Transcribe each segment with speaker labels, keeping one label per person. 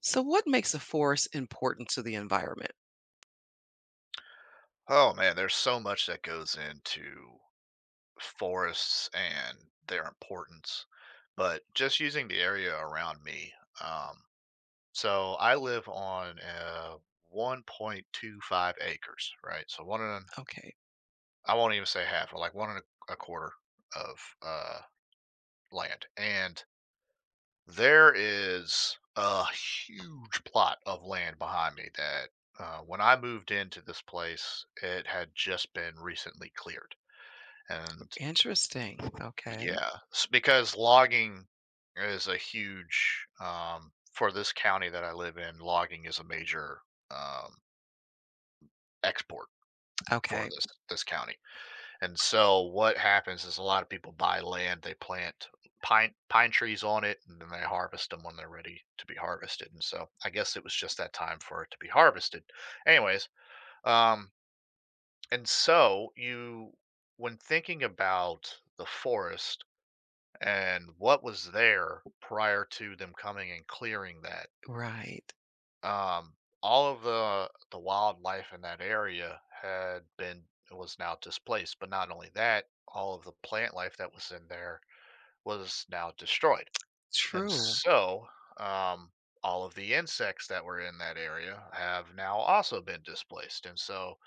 Speaker 1: So, what makes a forest important to the environment?
Speaker 2: Oh man, there's so much that goes into forests and their importance, but just using the area around me. Um, so I live on 1.25 acres, right? So one and
Speaker 1: Okay.
Speaker 2: I won't even say half, but like one and a quarter of uh, land, and there is a huge plot of land behind me that when I moved into this place, it had just been recently cleared and
Speaker 1: Interesting. Okay.
Speaker 2: yeah, s because logging is a huge, for this county that I live in, logging is a major, um, export for
Speaker 1: Okay.
Speaker 2: this county, and so what happens is a lot of people buy land, they plant pine trees on it, and then they harvest them when they're ready to be harvested, and so I guess it was just that time for it to be harvested. Anyways, um, and so you when thinking about the forest, and what was there prior to them coming and clearing that.
Speaker 1: Right.
Speaker 2: Um, all of the wildlife in that area had been was now displaced, but not only that, all of the plant life that was in there was now destroyed, and
Speaker 1: True.
Speaker 2: so um, all of the insects that were in that area have now also been displaced, and so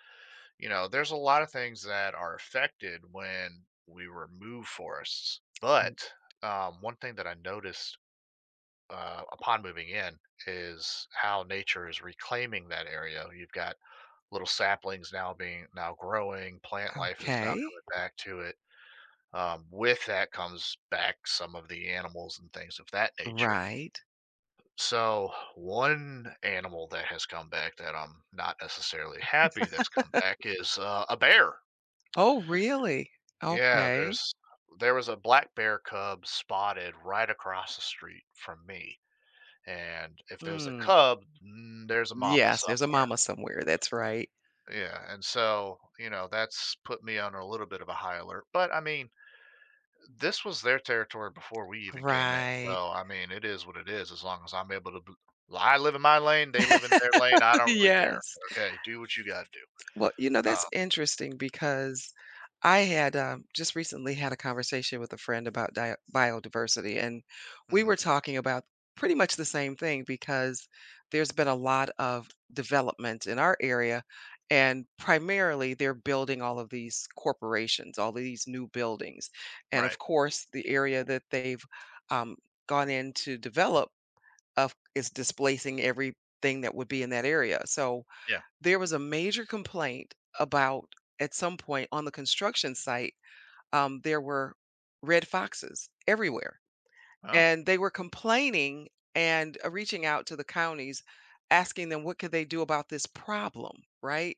Speaker 2: you know there's a lot of things that are affected when we remove forests.
Speaker 1: Mm,
Speaker 2: But One thing that I noticed upon moving in is how nature is reclaiming that area. You've got little saplings now growing, plant life is now
Speaker 1: Okay.
Speaker 2: coming back to it. With that comes back some of the animals and things of that nature.
Speaker 1: Right.
Speaker 2: So one animal that has come back that I'm not necessarily happy that's come back is a bear.
Speaker 1: Oh, really?
Speaker 2: Yeah,
Speaker 1: Okay.
Speaker 2: there's there was a black bear cub spotted right across the street from me, and if there's a
Speaker 1: Hmm.
Speaker 2: cub, mm, there's a mama
Speaker 1: Yes, there's a
Speaker 2: somewhere.
Speaker 1: mama somewhere. That's right.
Speaker 2: Yeah, and so, you know, that's put me on a little bit of a high alert, but, I mean, this was their territory before we even came in,
Speaker 1: Right.
Speaker 2: so, I mean, it is what it is as long as I'm able to b well, I live in my lane, they live in their lane, I don't really care.
Speaker 1: yes.
Speaker 2: Okay, do what you gotta do.
Speaker 1: Well, you know,
Speaker 2: Uh,
Speaker 1: that's interesting because I had just recently had a conversation with a friend about biodiversity, and we
Speaker 2: mhm,
Speaker 1: were talking about pretty much the same thing because there's been a lot of development in our area, and primarily they're building all of these corporations, all these new buildings. And
Speaker 2: right,
Speaker 1: of course, the area that they've um, gone in to develop of, is displacing everything that would be in that area. So,
Speaker 2: yeah,
Speaker 1: there was a major complaint about at some point on the construction site, there were red foxes everywhere.
Speaker 2: oh,
Speaker 1: And they were complaining and reaching out to the counties, asking them what could they do about this problem, right?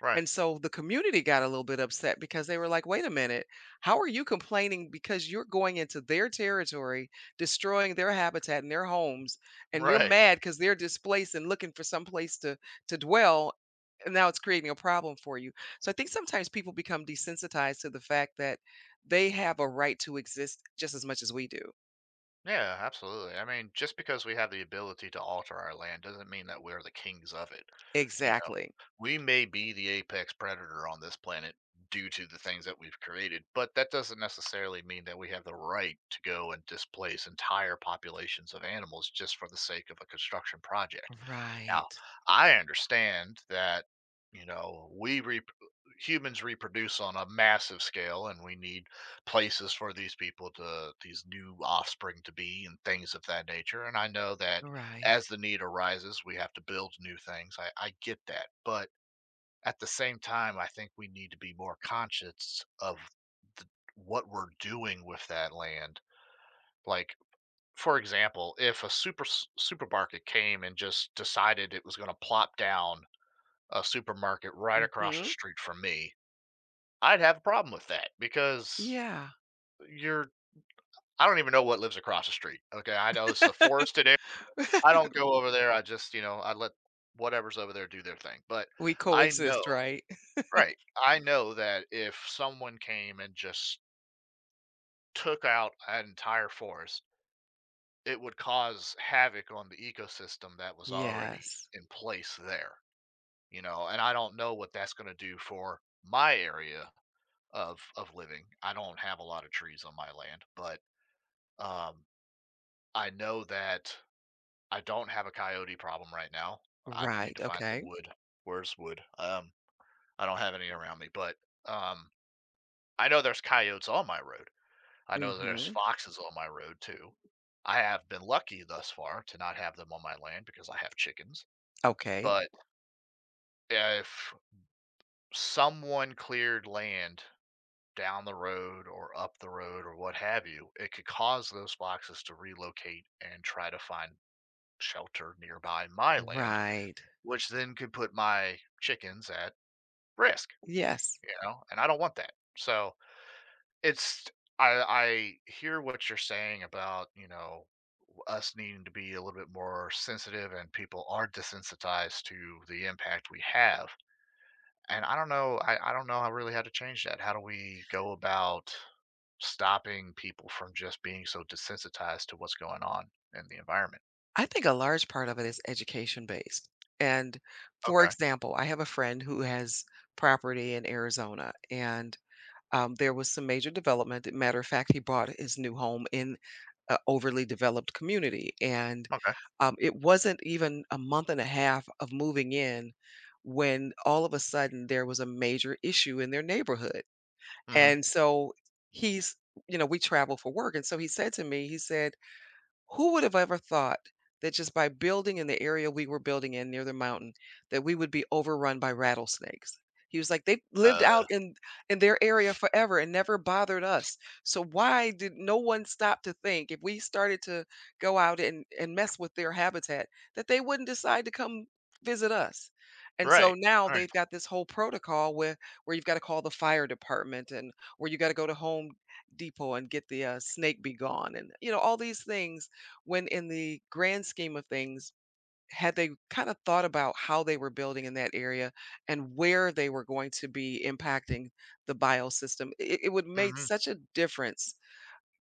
Speaker 2: right,
Speaker 1: And so the community got a little bit upset because they were like, wait a minute, how are you complaining because you're going into their territory, destroying their habitat and their homes, and you're
Speaker 2: right.
Speaker 1: mad because they're displaced and looking for some place to dwell. And now it's creating a problem for you. So I think sometimes people become desensitized to the fact that they have a right to exist just as much as we do.
Speaker 2: Yeah, absolutely. I mean, just because we have the ability to alter our land doesn't mean that we're the kings of it. You know,
Speaker 1: Exactly.
Speaker 2: we may be the apex predator on this planet due to the things that we've created, but that doesn't necessarily mean that we have the right to go and displace entire populations of animals just for the sake of a construction project. Now,
Speaker 1: Right.
Speaker 2: I understand that, you know, humans reproduce on a massive scale, and we need places for these new offspring to be, and things of that nature. And I know that
Speaker 1: Right.
Speaker 2: as the need arises, we have to build new things. I get that. But at the same time, I think we need to be more conscious of the, what we're doing with that land. Like, for example, if a super supermarket came and just decided it was going to plop down a supermarket right across the
Speaker 1: Mhm.
Speaker 2: street from me, I'd have a problem with that because
Speaker 1: Yeah.
Speaker 2: you're I don't even know what lives across the street. Okay, I know it's a forested area. I don't go over there. I just, you know, I let whatever's over there do their thing. But
Speaker 1: We
Speaker 2: I
Speaker 1: coexist,
Speaker 2: know,
Speaker 1: right?
Speaker 2: right. I know that if someone came and just took out an entire forest, it would cause havoc on the ecosystem that was already
Speaker 1: Yes.
Speaker 2: in place there, you know, and I don't know what that's going to do for my area of living. I don't have a lot of trees on my land, but um, I know that I don't have a coyote problem right now. I need
Speaker 1: Right,
Speaker 2: to find some
Speaker 1: okay.
Speaker 2: wood. Where's wood? I don't have any around me, but um, I know there's coyotes on my road. I know there's
Speaker 1: Mhm.
Speaker 2: foxes on my road too. I have been lucky thus far to not have them on my land because I have chickens.
Speaker 1: Okay.
Speaker 2: But if someone cleared land down the road or up the road or what have you, it could cause those foxes to relocate and try to find shelter nearby my land,
Speaker 1: Right.
Speaker 2: which then could put my chickens at risk,
Speaker 1: Yes.
Speaker 2: you know, and I don't want that. So it's I hear what you're saying about, you know, us needing to be a little bit more sensitive, and people are desensitized to the impact we have. And I don't know, I don't know how really how to change that. How do we go about stopping people from just being so desensitized to what's going on in the environment?
Speaker 1: I think a large part of it is education based. And for
Speaker 2: Okay.
Speaker 1: example, I have a friend who has property in Arizona and there was some major development. Matter of fact, he bought his new home in an overly developed community. And
Speaker 2: Okay.
Speaker 1: it wasn't even a month and a half of moving in when all of a sudden there was a major issue in their neighborhood.
Speaker 2: Mhm.
Speaker 1: And so he's you know, we travel for work, and so he said to me, he said who would have ever thought that just by building in the area we were building in near the mountain, that we would be overrun by rattlesnakes? He was like, "They lived
Speaker 2: Uh,
Speaker 1: out in their area forever and never bothered us. So why did no one stop to think if we started to go out and mess with their habitat that they wouldn't decide to come visit us?" And
Speaker 2: right.
Speaker 1: so now
Speaker 2: All right.
Speaker 1: they've got this whole protocol where you've got to call the fire department and where you got to go to Home Depot and get the snake be gone, and you know all these things when in the grand scheme of things, had they kind of thought about how they were building in that area and where they were going to be impacting the biosystem, it would make
Speaker 2: Mhm.
Speaker 1: such a difference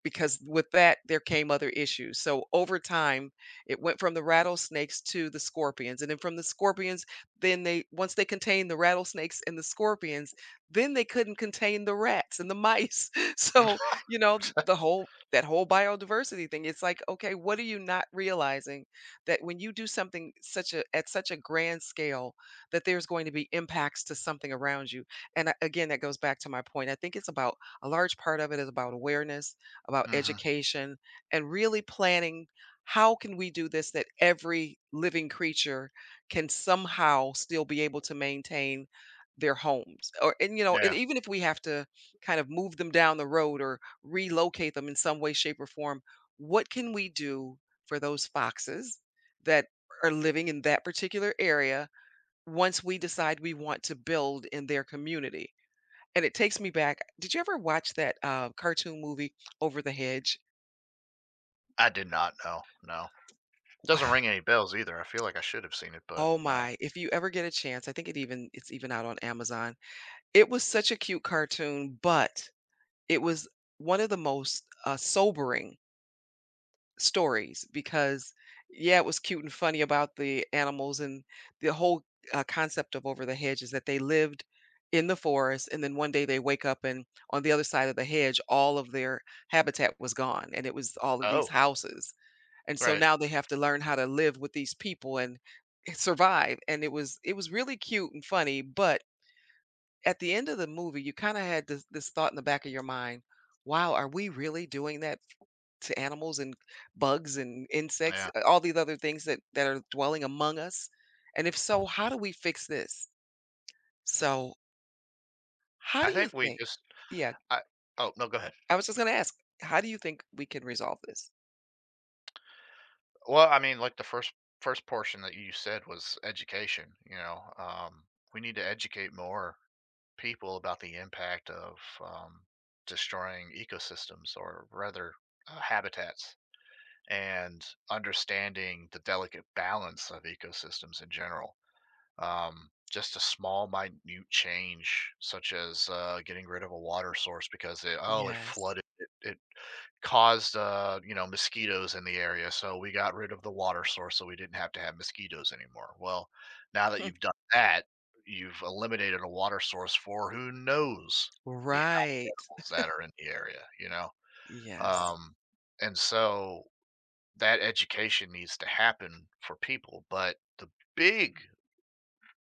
Speaker 1: because with that, there came other issues. So over time, it went from the rattlesnakes to the scorpions, and then from the scorpions, then they once they contained the rattlesnakes and the scorpions, then they couldn't contain the rats and the mice. So,
Speaker 2: Mhm.
Speaker 1: you know, the whole biodiversity thing, it's like, okay, what are you not realizing that when you do something such a at such a grand scale, that there's going to be impacts to something around you? And again, that goes back to my point. I think it's about a large part of it is about awareness, about education, and really planning how can we do this that every living creature can somehow still be able to maintain their homes, or and you know and
Speaker 2: Yeah.
Speaker 1: even if we have to kind of move them down the road or relocate them in some way shape or form, what can we do for those foxes that are living in that particular area once we decide we want to build in their community. And it takes me back, did you ever watch that cartoon movie Over the Hedge?
Speaker 2: I did not know. No. Doesn't ring any bells either. I feel like I should have seen it, but
Speaker 1: Oh
Speaker 2: no.
Speaker 1: my, if you ever get a chance, I think it's even out on Amazon. It was such a cute cartoon, but it was one of the most, sobering stories because, yeah, it was cute and funny about the animals and the whole, concept of Over the Hedge is that they lived in the forest, and then one day they wake up and on the other side of the hedge, all of their habitat was gone, and it was all of
Speaker 2: Oh,
Speaker 1: these houses. And so
Speaker 2: right.
Speaker 1: now they have to learn how to live with these people and survive. And it was really cute and funny, but at the end of the movie, you kind of had this thought in the back of your mind, "Wow, are we really doing that to animals and bugs and insects,
Speaker 2: Yeah.
Speaker 1: all these other things that that are dwelling among us? And if so, how do we fix this?" So, how
Speaker 2: I
Speaker 1: do you
Speaker 2: think we
Speaker 1: think—
Speaker 2: just
Speaker 1: Yeah,
Speaker 2: I Oh, no, go ahead.
Speaker 1: I was just gonna ask, how do you think we can resolve this?
Speaker 2: Well, I mean, like the first portion that you said was education, you know. We need to educate more people about the impact of um, destroying ecosystems, or rather habitats, and understanding the delicate balance of ecosystems in general. Just a small, minute change, such as getting rid of a water source because oh, it
Speaker 1: Yes.
Speaker 2: flooded, it caused, you know, mosquitoes in the area, so we got rid of the water source so we didn't have to have mosquitoes anymore. Well, now that you've done that, you've eliminated a water source for who knows the
Speaker 1: Right.
Speaker 2: animals that are in the area, you know?
Speaker 1: Yes.
Speaker 2: Um, and so that education needs to happen for people. But the big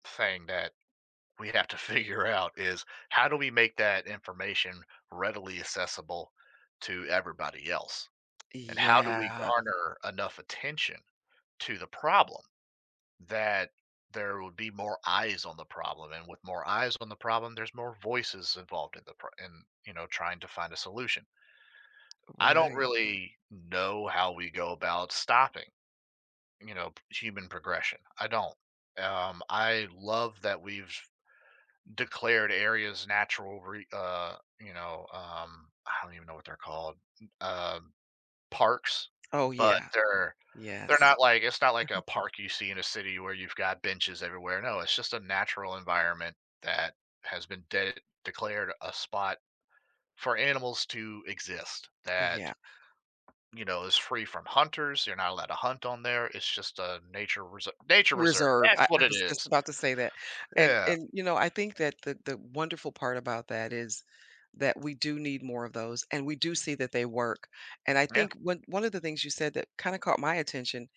Speaker 2: thing that we have to figure out is how do we make that information readily accessible to everybody else? And how do we
Speaker 1: Yeah.
Speaker 2: garner enough attention to the problem that there would be more eyes on the problem? And with more eyes on the problem, there's more voices involved in the pro- in you know, trying to find a solution. I don't
Speaker 1: Right.
Speaker 2: really know how we go about stopping, you know, human progression. I don't. I love that we've declared areas you know, I don't even know what they're called, um parks,
Speaker 1: Oh,
Speaker 2: but
Speaker 1: yeah.
Speaker 2: they're
Speaker 1: Yes.
Speaker 2: not like, it's not like a park you see in a city where you've got benches everywhere. No, it's just a natural environment that has been de- declared a spot for animals to exist that,
Speaker 1: Yeah.
Speaker 2: you know, is free from hunters. You're not allowed to hunt on there. It's just a nature reserve. Nature reserve.
Speaker 1: Reserve.
Speaker 2: That's what
Speaker 1: I
Speaker 2: it
Speaker 1: was just
Speaker 2: is.
Speaker 1: about to say that.
Speaker 2: Yeah.
Speaker 1: And you know, I think that the wonderful part about that is that we do need more of those and we do see that they work. And I
Speaker 2: Yeah.
Speaker 1: think one of the things you said that kind of caught my attention,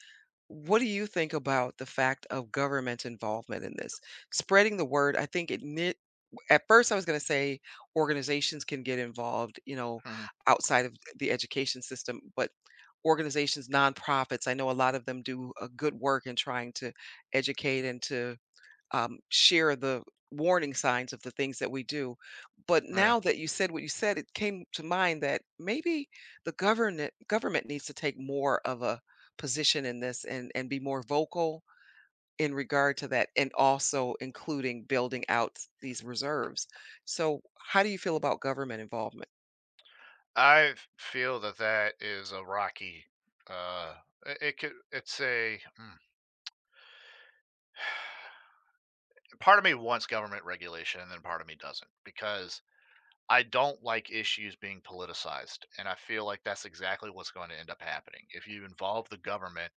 Speaker 1: what do you think about the fact of government involvement in this? Spreading the word, I think it ne- At first, I was gonna say organizations can get involved, you know,
Speaker 2: Mhm.
Speaker 1: outside of the education system, but organizations, nonprofits, I know a lot of them do a good work in trying to educate and to share the warning signs of the things that we do. But
Speaker 2: Yeah.
Speaker 1: now that you said what you said, it came to mind that maybe the government needs to take more of a position in this, and be more vocal in regard to that, and also including building out these reserves. So, how do you feel about government involvement?
Speaker 2: I feel that that is a rocky. Uh, it, it could. It's a. Mm, part of me wants government regulation, and then part of me doesn't, because I don't like issues being politicized, and I feel like that's exactly what's going to end up happening. If you involve the government,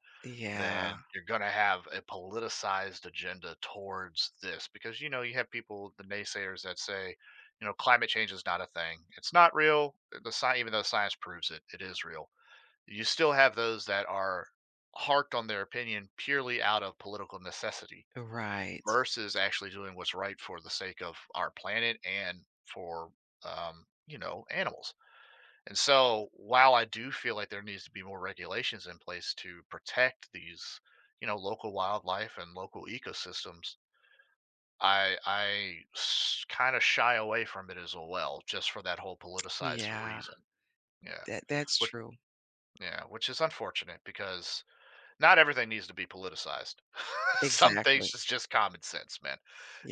Speaker 2: then
Speaker 1: Yeah,
Speaker 2: you're going to have a politicized agenda towards this because, you know, you have people, the naysayers, that say, you know, climate change is not a thing. It's not real. Even though science proves it, it is real. You still have those that are harked on their opinion purely out of political necessity
Speaker 1: right.
Speaker 2: versus actually doing what's right for the sake of our planet and for, you know, animals. And so while I do feel like there needs to be more regulations in place to protect these, you know, local wildlife and local ecosystems, I kind of shy away from it as well, just for that whole politicized
Speaker 1: Yeah,
Speaker 2: reason. Yeah,
Speaker 1: that that's
Speaker 2: which
Speaker 1: true.
Speaker 2: yeah, which is unfortunate, because not everything needs to be politicized. Some things
Speaker 1: Exactly.
Speaker 2: is just common sense, man.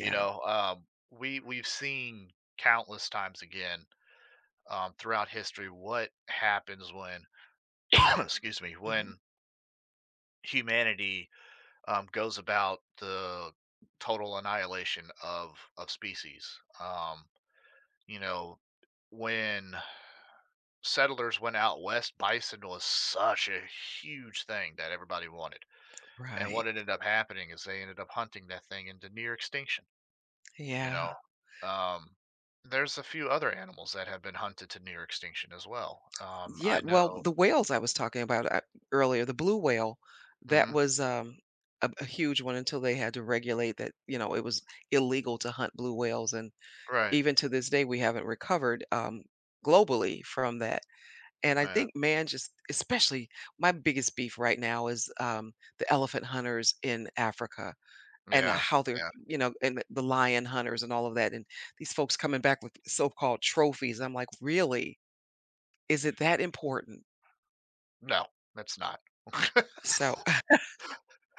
Speaker 2: You know, we we've seen countless times again, throughout history, what happens when, excuse me,
Speaker 1: Mhm.
Speaker 2: when humanity goes about the total annihilation of species. You know, when settlers went out west, bison was such a huge thing that everybody wanted. And what
Speaker 1: Right.
Speaker 2: ended up happening is they ended up hunting that thing into near extinction, you
Speaker 1: Yeah.
Speaker 2: know? Um, there's a few other animals that have been hunted to near extinction as well.
Speaker 1: Yeah.
Speaker 2: I
Speaker 1: Well,
Speaker 2: know.
Speaker 1: the whales I was talking about earlier, the blue whale, that
Speaker 2: Hmm.
Speaker 1: was a huge one until they had to regulate that. You know, it was illegal to hunt blue whales. And
Speaker 2: Right.
Speaker 1: even to this day, we haven't recovered globally from that. And I
Speaker 2: Yeah.
Speaker 1: think man just especially my biggest beef right now is, the elephant hunters in Africa and
Speaker 2: Yeah.
Speaker 1: how they're,
Speaker 2: Yeah.
Speaker 1: you know, and the lion hunters and all of that, and these folks coming back with so-called trophies. I'm like, "Really? Is it that important?"
Speaker 2: No, that's not.
Speaker 1: So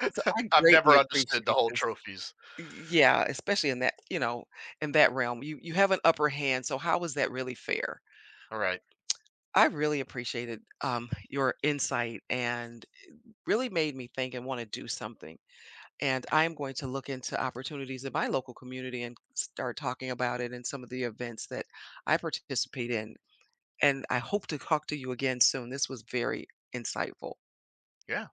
Speaker 1: so I
Speaker 2: I've
Speaker 1: greatly
Speaker 2: never understood the
Speaker 1: appreciate
Speaker 2: whole
Speaker 1: this.
Speaker 2: trophies.
Speaker 1: Y Yeah, especially in that, you know, in that realm. You have an upper hand, so how is that really fair?
Speaker 2: All right.
Speaker 1: I really appreciated, your insight and really made me think and wanna do something. And I'm going to look into opportunities in my local community and start talking about it in some of the events that I participate in. And I hope to talk to you again soon. This was very insightful.
Speaker 2: Yeah.